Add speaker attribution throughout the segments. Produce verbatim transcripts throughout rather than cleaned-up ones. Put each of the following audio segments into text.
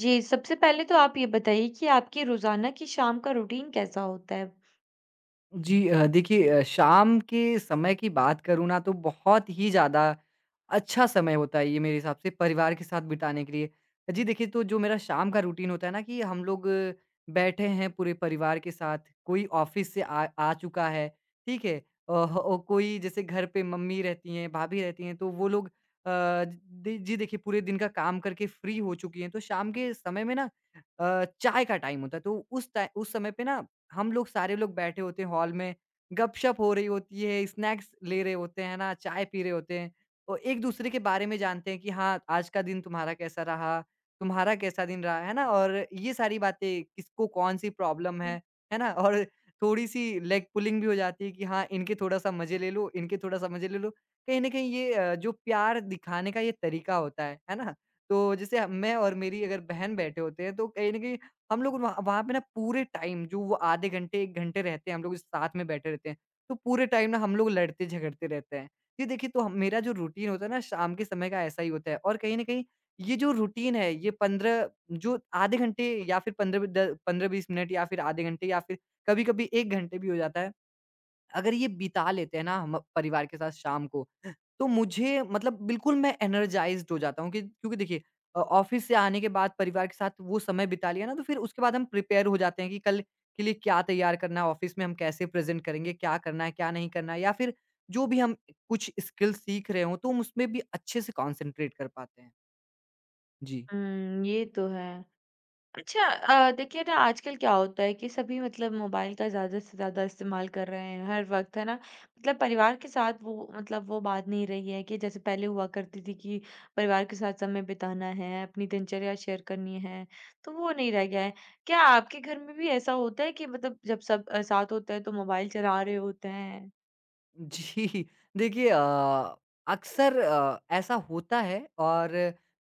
Speaker 1: जी, सबसे पहले तो आप ये बताइए कि आपकी रोज़ाना की शाम का रूटीन कैसा होता है?
Speaker 2: जी, अ, देखिए, अ, शाम के समय की बात करूँ ना तो बहुत ही ज़्यादा अच्छा समय होता है ये मेरे हिसाब से परिवार के साथ बिताने के लिए। जी देखिए, तो जो मेरा शाम का रूटीन होता है ना, कि हम लोग अ, बैठे हैं पूरे परिवार के साथ, कोई ऑफ़िस से आ आ चुका है, ठीक है? अ, औ कोई जैसे घर पे मम्मी रहती हैं, भाभी रहती हैं, तो वो लोग अ, दि जी देखिए, पूरे दिन का काम करके फ्री हो चुकी हैं। तो शाम के समय में ना अ, चाय का टाइम होता है, तो उस टाइ उस समय पे ना हम लोग, सारे लोग बैठे होते हैं हॉल में। गपशप हो रही होती है, स्नैक्स ले रहे होते हैं ना, चाय पी रहे होते हैं और एक-दूसरे के बारे में जानते हैं कि हाँ, आज का दिन तुम्हारा कैसा रहा, तुम्हारा कैसा दिन रहा, है ना? और ये सारी बातें, किसको कौन-सी प्रॉब्लम है, है ना? और थोड़ी-सी लेग पुलिंग भी हो जाती है कि हाँ, इनके थोड़ा-सा मज़े ले लो, इनके थोड़ा-सा मज़े ले लो। कहीं न कहीं ये अ, जो प्यार दिखाने का ये तरीका होता है, है ना? तो जैसे हम- मैं और मेरी अगर बहन बैठे होते हैं, तो कहीं न कहीं हम लोग वहाँ वहाँ पे ना पूरे टाइम, जो वो आधे घंटे 1 घंटे रहते हैं, हम लोग साथ में बैठे रहते हैं, तो पूरे टाइम ना हम लोग लड़ते झगड़ते रहते हैं। ये देखिए, तो हम, मेरा जो रूटीन होता है ना शाम के समय का, ऐसा ही होता है। और कहीं न कहीं ये जो रूटीन है, ये पंद्रह, जो आधे घंटे या फिर पंद्रह ब द पंद्रह से बीस मिनट या फिर आधे घंटे या फिर कभी-कभी 1 घंटे भी हो जाता है। अगर ये बिता लेते हैं ना हम परिवार के साथ शाम को, तो मुझे मतलब बिल्कुल मैं एनर्जाइज़्ड हो जाता हूँ कि, क्योंकि देखिए, अ, ऑफ़िस से आने के बाद परिवार के साथ वो समय बिता लिया ना, तो फिर उसके बाद हम प्रिपेयर हो जाते हैं कि कल के लिए क्या तैयार करना है, ऑफ़िस में हम कैसे प्रेज़ेंट करेंगे, क्या करना है, क्या नहीं करना है, या फिर जो भी हम कुछ स्किल सीख रहे हों तो हम उसमें भी अच्छे से कॉन्सन्ट्रेट कर पाते हैं। जी।
Speaker 1: हुँ, ये तो है। अच्छा अ, देखिए ना आजकल क्या होता है कि सभी मतलब मोबाइल का ज़्यादा से ज़्यादा इस्तेमाल कर रहे हैं हर वक़्त, है ना? मतलब परिवार के साथ वो मतलब वो बात नहीं रही है कि जैसे पहले हुआ करती थी कि परिवार के साथ समय बिताना है, अपनी दिनचर्या शेयर करनी है, तो वो नहीं रह गया है। क्या आपके घर में भी ऐसा होता है कि मतलब जब सब अ, साथ होते हैं तो मोबाइल चला रहे होते हैं?
Speaker 2: जी। देखिए, अ, अक्सर अ, ऐसा होता है और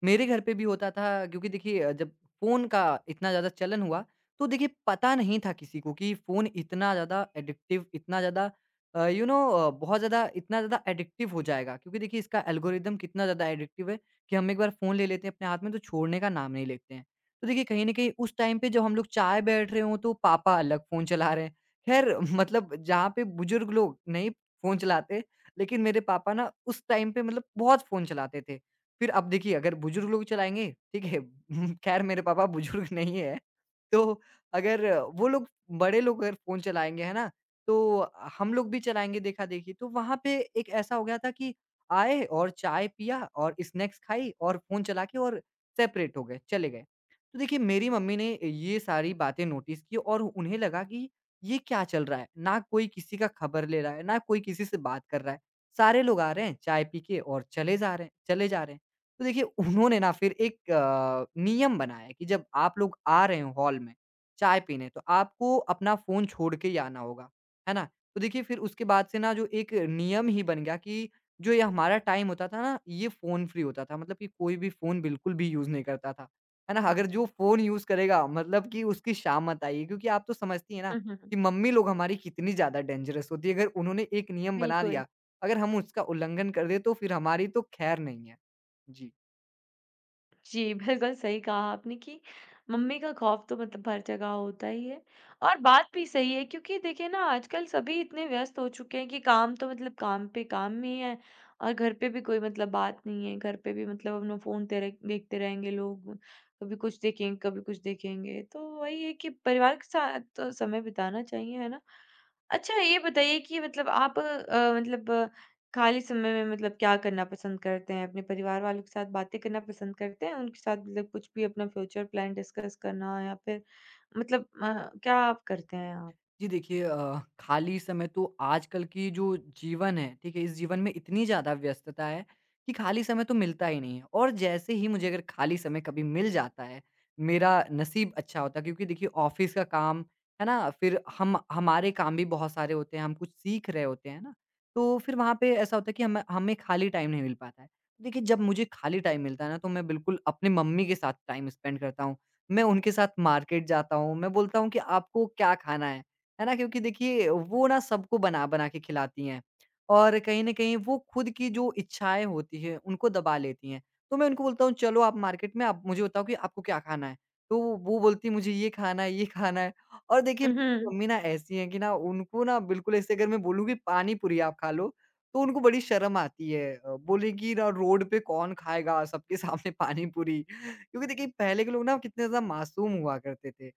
Speaker 2: मेरे घर पे भी होता था, क्योंकि देखिए, अ, जब फ़ोन का इतना ज़्यादा चलन हुआ, तो देखिए पता नहीं था किसी को कि फ़ोन इतना ज़्यादा एडिक्टिव, इतना ज़्यादा, अ, यू नो, अ, बहुत ज़्यादा, इतना ज़्यादा एडिक्टिव हो जाएगा। क्योंकि देखिए, इसका एल्गोरिदम कितना ज़्यादा एडिक्टिव है कि हम एक बार फ़ोन ले लेते हैं अपने हाथ में, तो छोड़ने का नाम नहीं लेते हैं। तो देखिए, कहीं न कहीं उस टाइम पे, जब हम लोग चाय बैठ रहे हों, तो पापा अलग फ़ोन चला रहे हैं। ख़ैर, मतलब जहाँ पे बुज़ुर्ग लोग नहीं फ़ोन चलाते, लेकिन मेरे पापा ना उस टाइम पे मतलब बहुत फ़ोन चलाते थे। फिर अब देखिए, अगर बुज़ुर्ग लोग चलाएँगे, ठीक है? ख़ैर, मेरे पापा बुज़ुर्ग नहीं हैं, तो अगर वो लोग, बड़े लोग अगर फ़ोन चलाएँगे, है ना? तो हम लोग भी चलाएँगे देखा-देखी। तो वहाँ पे एक ऐसा हो गया था कि आए और चाय पिया और स्नैक्स खाई और फ़ोन चला के और सेपरेट हो गए, चले गए। तो देखिए, मेरी मम्मी ने ये सारी बातें नोटिस की और उन्हें लगा कि ये क्या चल रहा है? ना कोई किसी का खबर ले रहा है, ना कोई किसी से बात कर रहा है। सारे लोग आ रहे हैं, चाय पी के और चले जा रहे हैं, चले जा रहे हैं। तो देखिए उन्होंने ना फिर एक अ, नियम बनाया कि जब आप लोग आ रहे हो हॉल में चाय पीने, तो आपको अपना फ़ोन छोड़ के ही आना होगा। है ना? तो देखिए फिर उसके बाद से ना जो एक नियम ही बन गया कि जो ये हमारा टाइम होता था ना, ये फ़ोन फ्री होता था। मतलब कि कोई भी फ़ोन बिल्कुल भी यूज़ नहीं करता था। है ना? अगर जो फ़ोन यूज़ करेगा मतलब कि उसकी शामत आई है, क्योंकि आप तो समझती हैं ना
Speaker 1: हुँ, हुँ, हुँ।
Speaker 2: कि मम्मी लोग हमारी कितनी ज़्यादा डेंजरस होती है। अगर उन्होंने एक नियम बना
Speaker 1: बिल्कुल।
Speaker 2: दिया, अगर हम उसका उल्लंघन कर दें, तो फिर हमारी तो खैर नहीं है। जी।
Speaker 1: जी, बिल्कुल सही कहा आपने कि मम्मी का खौफ तो मतलब हर जगह होता ही है और बात भी सही है क्योंकि देखिए ना आजकल सभी इतने व्यस्त हो चुके हैं कि काम तो मतलब काम पे काम ही है और घर पे भी कोई मतलब बात नहीं है। घर पे भी मतलब अपना फ़ोन तेरे देखते रहेंगे लोग, कभी कुछ देखेंगे, कभी कुछ देखेंगे। तो वही है कि परिवार के साथ तो समय बिताना चाहिए, है ना? अच्छा ये बताइए कि मतलब आप अ, मतलब खाली समय में मतलब क्या करना पसंद करते हैं? अपने परिवार वालों के साथ बातें करना पसंद करते हैं? उनके साथ मतलब कुछ भी अपना फ्यूचर प्लान डिस्कस करना या फिर मतलब अ, क्या आप करते हैं आप?
Speaker 2: जी देखिए, अ, खाली समय तो आजकल की जो जीवन है, ठीक है? इस जीवन में इतनी ज़्यादा व्यस्तता है कि खाली समय तो मिलता ही नहीं है। और जैसे ही मुझे अगर खाली समय कभी मिल जाता है, मेरा नसीब अच्छा होता है, क्योंकि देखिए ऑफ़िस का काम, है ना? फिर हम हमारे काम भी बहुत सारे होते हैं, हम कुछ सीख रहे होते हैं ना? तो फिर वहाँ पे ऐसा होता है कि हम हमें खाली टाइम नहीं मिल पाता है। देखिए जब मुझे खाली टाइम मिलता है ना, तो मैं बिल्कुल अपनी मम्मी के साथ टाइम स्पेंड करता हूँ। मैं उनके साथ मार्केट जाता हूँ, मैं बोलता हूँ कि आपको क्या खाना है? है ना? क्योंकि देखिए, वो ना सबको बना-बना के खिलाती हैं और कहीं न कहीं वो खुद की जो इच्छाएँ होती हैं उनको दबा लेती हैं। तो मैं उनको बोलता हूँ, चलो आप मार्केट में आप मुझे बताओ कि आपको क्या खाना है? तो वो बोलती है, मुझे ये खाना है, ये खाना है। और देखिए
Speaker 1: हुँ,
Speaker 2: मेरी
Speaker 1: हुँ।
Speaker 2: मम्मी ना ऐसी हैं कि ना, उनको ना बिल्कुल ऐसे अगर मैं बोलूँ कि पानी पूरी आप खा लो, तो उनको बड़ी शर्म आती है। अ, बोलेंगी ना, रोड पे कौन खाएगा सबके सामने पानी पूरी? क्योंकि देखिए पहले के लोग ना कितने ज़्यादा मासूम हुआ करते थे।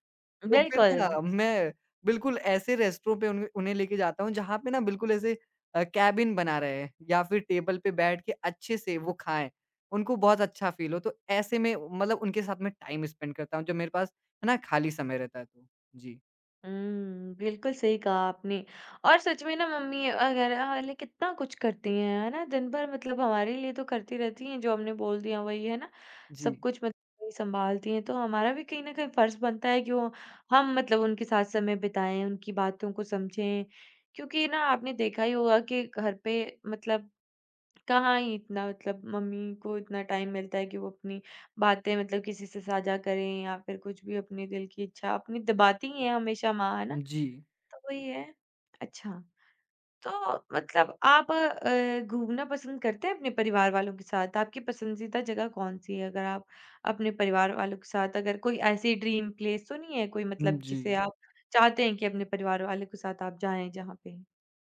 Speaker 2: तो फिर
Speaker 1: बिल्कुल।
Speaker 2: ना मैं बिल्कुल ऐसे रेस्टोरों पे उन्हें उन्हें लेके जाता हूँ, जहाँ पे ना बिल्कुल ऐसे अ, केबिन बना रहे हैं या फिर टेबल पे बैठ के अच्छे से वो खाएँ। उनको बहुत अच्छा फ़ील हो, तो ऐसे में मतलब उनके साथ मैं टाइम स्पेंड करता हूँ जब मेरे पास है ना खाली समय रहता है तो। जी,
Speaker 1: हुँ, बिल्कुल सही कहा आपने और सच में ना मम्मी वगैरह वाले कितना कुछ करती हैं, है ना? दिन भर मतलब हमारे लिए तो करती रहती हैं, जो हमने बोल दिया वही, है ना? सब
Speaker 2: जी,
Speaker 1: कुछ मतलब वही सँभालती हैं, तो हमारा भी कहीं न कहीं फ़र्ज़ बनता है कि वो हम मतलब उनके साथ समय बिताएँ, उनकी बातों को समझें। क्योंकि ना आपने देखा ही होगा कि घर पे मतलब कहाँ ही इतना मतलब मम्मी को इतना टाइम मिलता है कि वो अपनी बातें मतलब किसी से साझा करें या फिर कुछ भी अपने दिल की इच्छा अपनी दबाती ही हैं हमेशा माँ, है ना?
Speaker 2: जी,
Speaker 1: तो वही है। अच्छा, तो मतलब आप अ, घूमना पसंद करते हैं अपने परिवार वालों के साथ? आपकी पसंदीदा जगह कौन-सी है? अगर आप अपने परिवार वालों के साथ अगर कोई ऐसी ड्रीम प्लेस तो नहीं है कोई
Speaker 2: हुँ,
Speaker 1: मतलब
Speaker 2: जी।
Speaker 1: जिसे आप चाहते हैं कि अपने परिवार वालों के साथ आप जाएँ जहाँ पे?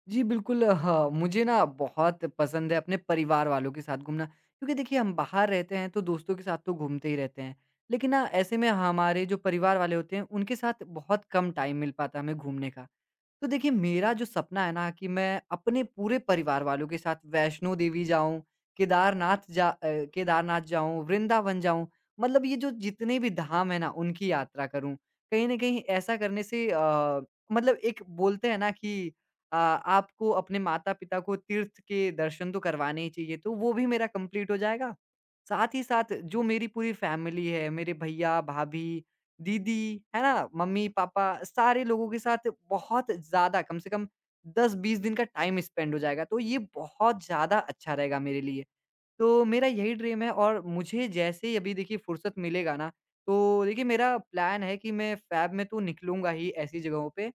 Speaker 2: जी, बिल्कुल हाँ, मुझे ना बहुत पसंद है अपने परिवार वालों के साथ घूमना, क्योंकि देखिए हम बाहर रहते हैं तो दोस्तों के साथ तो घूमते ही रहते हैं। लेकिन ना ऐसे में हमारे जो परिवार वाले होते हैं उनके साथ बहुत कम टाइम मिल पाता है हमें घूमने का। तो देखिए मेरा जो सपना है ना कि मैं अपने पूरे परिवार वालों के साथ वैष्णो देवी जाऊँ, केदारनाथ जा अ, केदारनाथ जाऊँ, वृंदावन जाऊँ, मतलब ये जो जितने भी धाम हैं ना उनकी यात्रा करूँ। कहीं न कहीं ऐसा करने से, अ, मतलब एक बोलते हैं ना कि अ, आपको अपने माता-पिता को तीर्थ के दर्शन तो करवाने ही चाहिए, तो वो भी मेरा कंप्लीट हो जाएगा। साथ ही साथ जो मेरी पूरी फैमिली है, मेरे भैया, भाभी, दीदी, है ना? मम्मी-पापा, सारे लोगों के साथ बहुत ज़्यादा, कम से कम दस से बीस दिन का टाइम स्पेंड हो जाएगा, तो ये बहुत ज़्यादा अच्छा रहेगा मेरे लिए। तो मेरा यही ड्रीम है, और मुझे जैसे ही अभी देखिए फुर्सत मिलेगा ना, तो देखिए मेरा प्लान है कि मैं फ़ैब में तो निकलूँगा ही ऐसी जगहों पे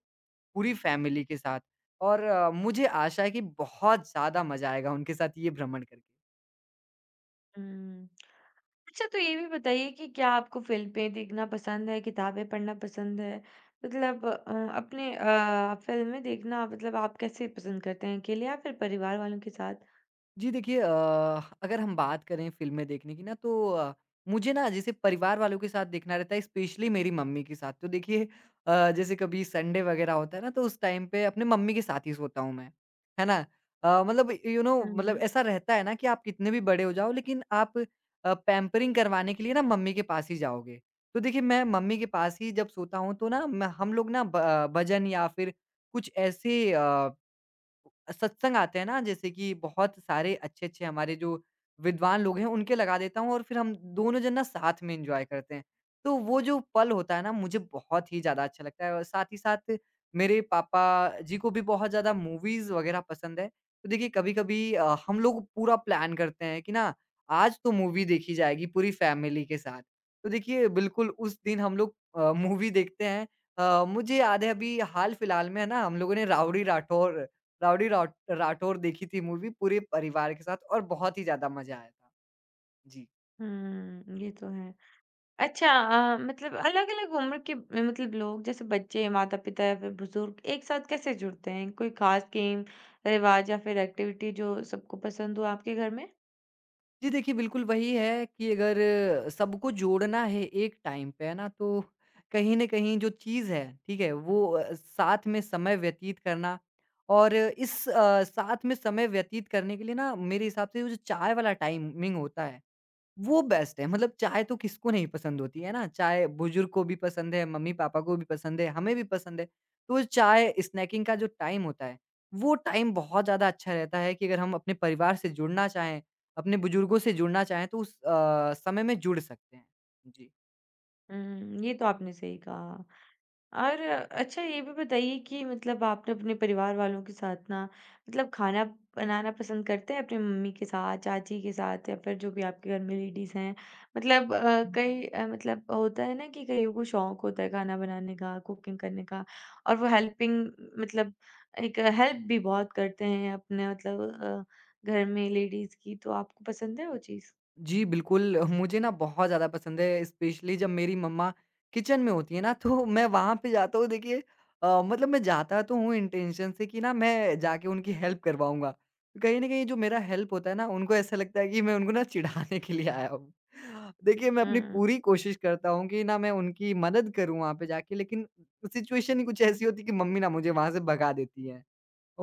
Speaker 2: पूरी फ़ैमिली के साथ, और अ, मुझे आशा है कि बहुत ज़्यादा मज़ा आएगा उनके साथ ये भ्रमण करके।
Speaker 1: हुँ। अच्छा तो ये भी बताइए कि क्या आपको फ़िल्में देखना पसंद है, किताबें पढ़ना पसंद है? मतलब अ, अपने अ, फ़िल्में देखना मतलब आप कैसे पसंद करते हैं, अकेले या फिर परिवार वालों के साथ?
Speaker 2: जी देखिए, अ, अगर हम बात करें फ़िल्में देखने की ना, तो अ, मुझे ना जैसे परिवार वालों के साथ देखना रहता है, स्पेशली मेरी मम्मी के साथ। तो देखिए अ, जैसे कभी संडे वग़ैरह होता है ना, तो उस टाइम पे अपने मम्मी के साथ ही सोता हूँ मैं। है ना? अ, मतलब यू नो,
Speaker 1: हुँ,
Speaker 2: मतलब
Speaker 1: हुँ।
Speaker 2: ऐसा रहता है ना कि आप कितने भी बड़े हो जाओ, लेकिन आप अ, पैम्परिंग करवाने के लिए ना मम्मी के पास ही जाओगे। तो देखिए मैं मम्मी के पास ही जब सोता हूँ, तो ना मैं हम लोग ना ब भजन या फिर कुछ ऐसे अ सत्संग आते हैं ना, जैसे कि बहुत सारे अच्छे-अच्छे हमारे जो विद्वान लोग हैं, उनके लगा देता हूँ और फिर हम दोनों जन ना साथ में एन्जॉय करते हैं। तो वो जो पल होता है ना, मुझे बहुत ही ज़्यादा अच्छा लगता है। और साथ ही साथ मेरे पापा जी को भी बहुत ज़्यादा मूवीज़ वग़ैरह पसंद है। तो देखिए कभी-कभी अ, हम लोग पूरा प्लान करते हैं कि ना आज तो मूवी देखी जाएगी पूरी फैमिली के साथ। तो देखिए बिल्कुल उस दिन हम लोग अ, मूवी देखते हैं। अ, मुझे याद है अभी हाल-फिलहाल में है ना, हम लोगों ने राउडी राठौर राउडी राठ राठौर देखी थी मूवी पूरे परिवार के साथ, और बहुत ही ज़्यादा मज़ा आया था। जी।
Speaker 1: हुँ, ये तो है। अच्छा अ, मतलब अलग-अलग उम्र के मतलब लोग जैसे बच्चे, माता-पिता या फिर बुज़ुर्ग एक साथ कैसे जुड़ते हैं? कोई ख़ास गेम, रिवाज या फिर एक्टिविटी जो सबको पसंद हो आपके घर में?
Speaker 2: जी देखिए, बिल्कुल वही है कि अगर सबको जोड़ना है एक टाइम पे, है ना? तो कहीं न कहीं जो चीज़ है, ठीक है? वो अ, साथ में समय व्यतीत करना और इस अ, साथ में समय व्यतीत करने के लिए ना मेरे हिसाब से वो जो चाय वाला टाइमिंग होता है वो बेस्ट है, मतलब चाय तो किसको नहीं पसंद होती, है ना? चाय बुजुर्ग को भी पसंद है, मम्मी-पापा को भी पसंद है, हमें भी पसंद है। तो चाय स्नैकिंग का जो टाइम होता है, वो टाइम बहुत ज़्यादा अच्छा रहता है कि अगर हम अपने परिवार से जुड़ना चाहें, अपने बुजुर्गों से जुड़ना चाहें, तो उस अ, समय में जुड़ सकते हैं। जी।
Speaker 1: हुँ, ये तो आपने सही कहा। और अच्छा ये भी बताइए कि मतलब आपने अपने परिवार वालों के साथ ना मतलब खाना बनाना पसंद करते हैं अपनी मम्मी के साथ, चाची के साथ या फिर जो भी आपके घर में लेडीज़ हैं? मतलब अ, कई अ, मतलब होता है ना कि कईयों को शौक होता है खाना बनाने का, कुकिंग करने का और वो हेल्पिंग मतलब एक हेल्प भी बहुत करते हैं अपने मतलब अ, घर में लेडीज़ की, तो आपको पसंद है वो चीज़?
Speaker 2: जी, बिल्कुल। मुझे ना बहुत ज़्यादा पसंद है, स्पेशली जब मेरी मम्मा किचन में होती हैं ना, तो मैं वहाँ पे जाता हूँ देखिए अ, मतलब मैं जाता तो हूँ इंटेंशन से कि ना मैं जाके उनकी हेल्प करवाऊँगा। कहीं न कहीं जो मेरा हेल्प होता है ना, उनको ऐसा लगता है कि मैं उनको ना चिढ़ाने के लिए आया हूँ। देखिए, मैं अपनी
Speaker 1: हुँ।
Speaker 2: पूरी कोशिश करता हूँ कि ना मैं उनकी मदद करूँ वहाँ पे जाके, लेकिन सिचुएशन ही कुछ ऐसी होती है कि मम्मी ना मुझे वहाँ से भगा देती हैं।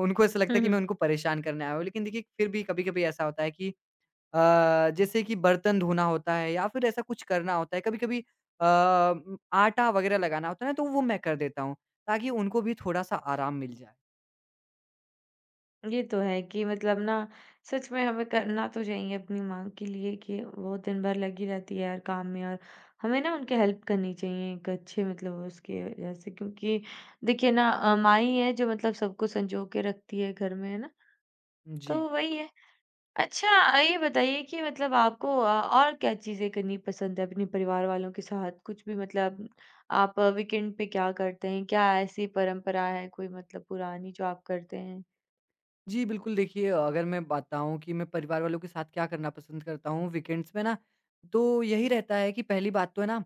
Speaker 2: उनको ऐसा लगता है कि मैं उनको परेशान करने आया हूँ। लेकिन देखिए, फिर भी कभी-कभी ऐसा होता है कि अ, जैसे कि बर्तन धोना होता है या फिर ऐसा कुछ करना होता है, कभी-कभी अ, उम, आटा वगैरह लगाना होता है ना, तो वो मैं कर देता हूँ, ताकि उनको भी थोड़ा-सा आराम मिल जाए।
Speaker 1: ये तो है कि मतलब ना सच में हमें करना तो चाहिए अपनी माँ के लिए कि वो दिन भर लगी रहती है यार काम में और हमें ना उनकी हेल्प करनी चाहिए एक अच्छे मतलब उसके वजह से क्योंकि देखिए ना अ, माँ ही है जो मतलब सबको संजो के रखती है घर में है ना
Speaker 2: जी।
Speaker 1: तो वही है। अच्छा अ, ये बताइए कि मतलब आपको अ, और क्या चीजें करनी पसंद है अपने परिवार वालों के साथ कुछ भी मतलब आप वीकेंड पे क्या करते हैं क्या ऐसी परंपरा है कोई मतलब पुरानी जो आप करते हैं।
Speaker 2: जी, बिल्कुल देखिए अगर मैं बताऊँ कि मैं परिवार वालों के साथ क्या करना पसंद करता हूँ वीकेंड्स में ना, तो यही रहता है कि पहली बात तो है ना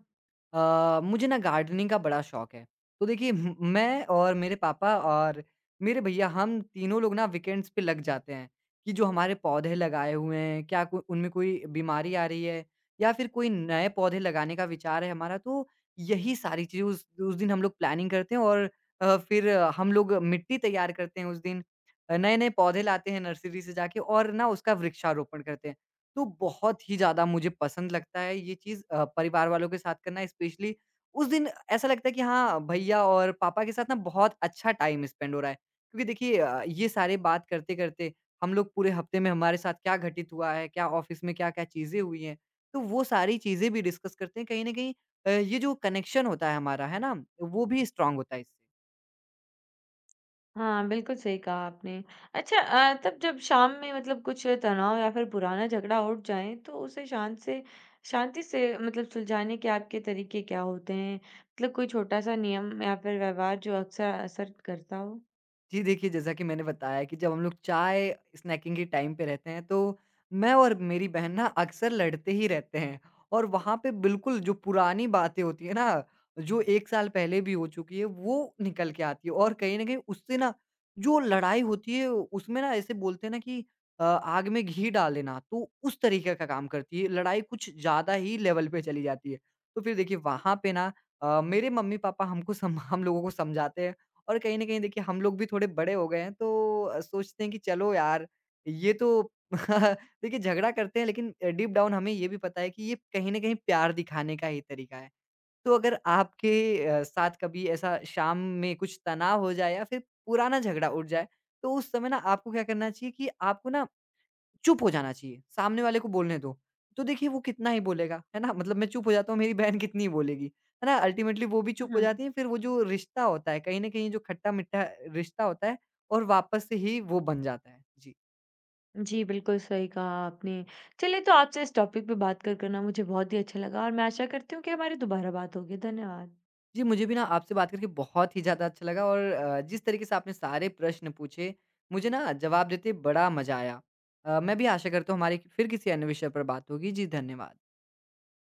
Speaker 2: अ, मुझे ना गार्डनिंग का बड़ा शौक है। तो देखिए म मैं और मेरे पापा और मेरे भैया हम तीनों लोग ना वीकेंड्स पे लग जाते हैं, कि जो हमारे पौधे लगाए हुए हैं क्या को उनमें कोई बीमारी आ रही है या फिर कोई नए पौधे लगाने का विचार है हमारा तो यही सारी चीज़ें उस उस दिन हम लोग प्लानिंग करते हैं और अ, फिर हम लोग मिट्टी तैयार करते हैं उस दिन। अ, नए-नए पौधे लाते हैं नर्सरी से जाके और ना उसका वृक्षारोपण करते हैं। तो बहुत ही ज़्यादा मुझे पसंद लगता है ये चीज़ अ, परिवार वालों के साथ करना स्पेशली उस दिन ऐसा लगता है कि हाँ, भैया और पापा के साथ ना बहुत अच्छा टाइम स्पेंड हो रहा है। क्योंकि देखिए अ, ये सारे बात करते-करते हम लोग पूरे हफ्ते में हमारे साथ क्या घटित हुआ है, क्या ऑफ़िस में क्या-क्या चीज़ें हुई हैं, तो वो सारी चीज़ें भी डिस्कस करते हैं। कहीं न कहीं अ, ये जो कनेक्शन होता है हमारा, है ना? वो भी स्ट्रॉन्ग होता है इससे।
Speaker 1: हाँ, बिल्कुल सही कहा आपने। अच्छा अ, तब जब शाम में मतलब कुछ तनाव या फिर पुराना झगड़ा उठ जाए, तो उसे शांत से शांति से मतलब सुलझाने के आपके तरीके क्या होते हैं? मतलब कोई छोटा-सा नियम या फिर व्यवहार जो अक्सर असर करता हो?
Speaker 2: जी, देखिए जैसा कि मैंने बताया कि जब हम लोग चाय स्नैकिंग के टाइम पे रहते हैं तो मैं और मेरी बहन ना अक्सर लड़ते ही रहते हैं। और वहाँ पे बिल्कुल जो पुरानी बातें होती है ना, जो एक साल पहले भी हो चुकी है वो निकल के आती है और कहीं न कहीं उससे ना जो लड़ाई होती है उसमें ना ऐसे बोलते हैं ना कि अ, आग में घी डाल देना तो उस तरीके का काम करती है। लड़ाई कुछ ज़्यादा ही लेवल पे चली जाती है। तो फिर देखिए वहाँ पे ना अ, मेरे मम्मी-पापा हमको सम हम लोगों को समझाते हैं और कहीं न कहीं देखिए हम लोग भी थोड़े बड़े हो गए हैं तो अ, सोचते हैं कि चलो यार ये तो देखिए झगड़ा करते हैं लेकिन अ, डीप डाउन हमें ये भी पता है कि ये कहीं न कहीं प्यार दिखाने का ही तरीका है। तो अगर आपके अ, साथ कभी ऐसा शाम में कुछ तनाव हो जाए या फिर पुराना झगड़ा उठ जाए, तो उस समय ना आपको क्या करना चाहिए कि आपको ना चुप हो जाना चाहिए, सामने वाले को बोलने दो। तो देखिए वो कितना ही बोलेगा, है ना? मतलब मैं चुप हो जाता हूँ, मेरी बहन कितनी ही बोलेगी, है ना? अल्टीमेटली वो भी चुप हो
Speaker 1: हाँ।
Speaker 2: जाती है, फिर वो जो रिश्ता होता है, कहीं न कहीं जो खट्टा-मीठा रिश्ता होता है और वापस से ही वो बन जाता है। जी।
Speaker 1: जी, बिल्कुल सही कहा आपने। चलिए तो आपसे इस टॉपिक पे बात कर कर ना मुझे बहुत ही अच्छा लगा और मैं आशा करती हूँ कि हमारी दोबारा बात होगी। धन्यवाद।
Speaker 2: जी, मुझे भी ना आपसे बात करके बहुत ही ज़्यादा अच्छा लगा और अ, जिस तरीके से आपने सारे प्रश्न पूछे, मुझे ना जवाब देते बड़ा मज़ा आया। अ, मैं भी आशा करता हूँ हमारी फिर किसी अन्य विषय पर बात होगी। जी, धन्यवाद।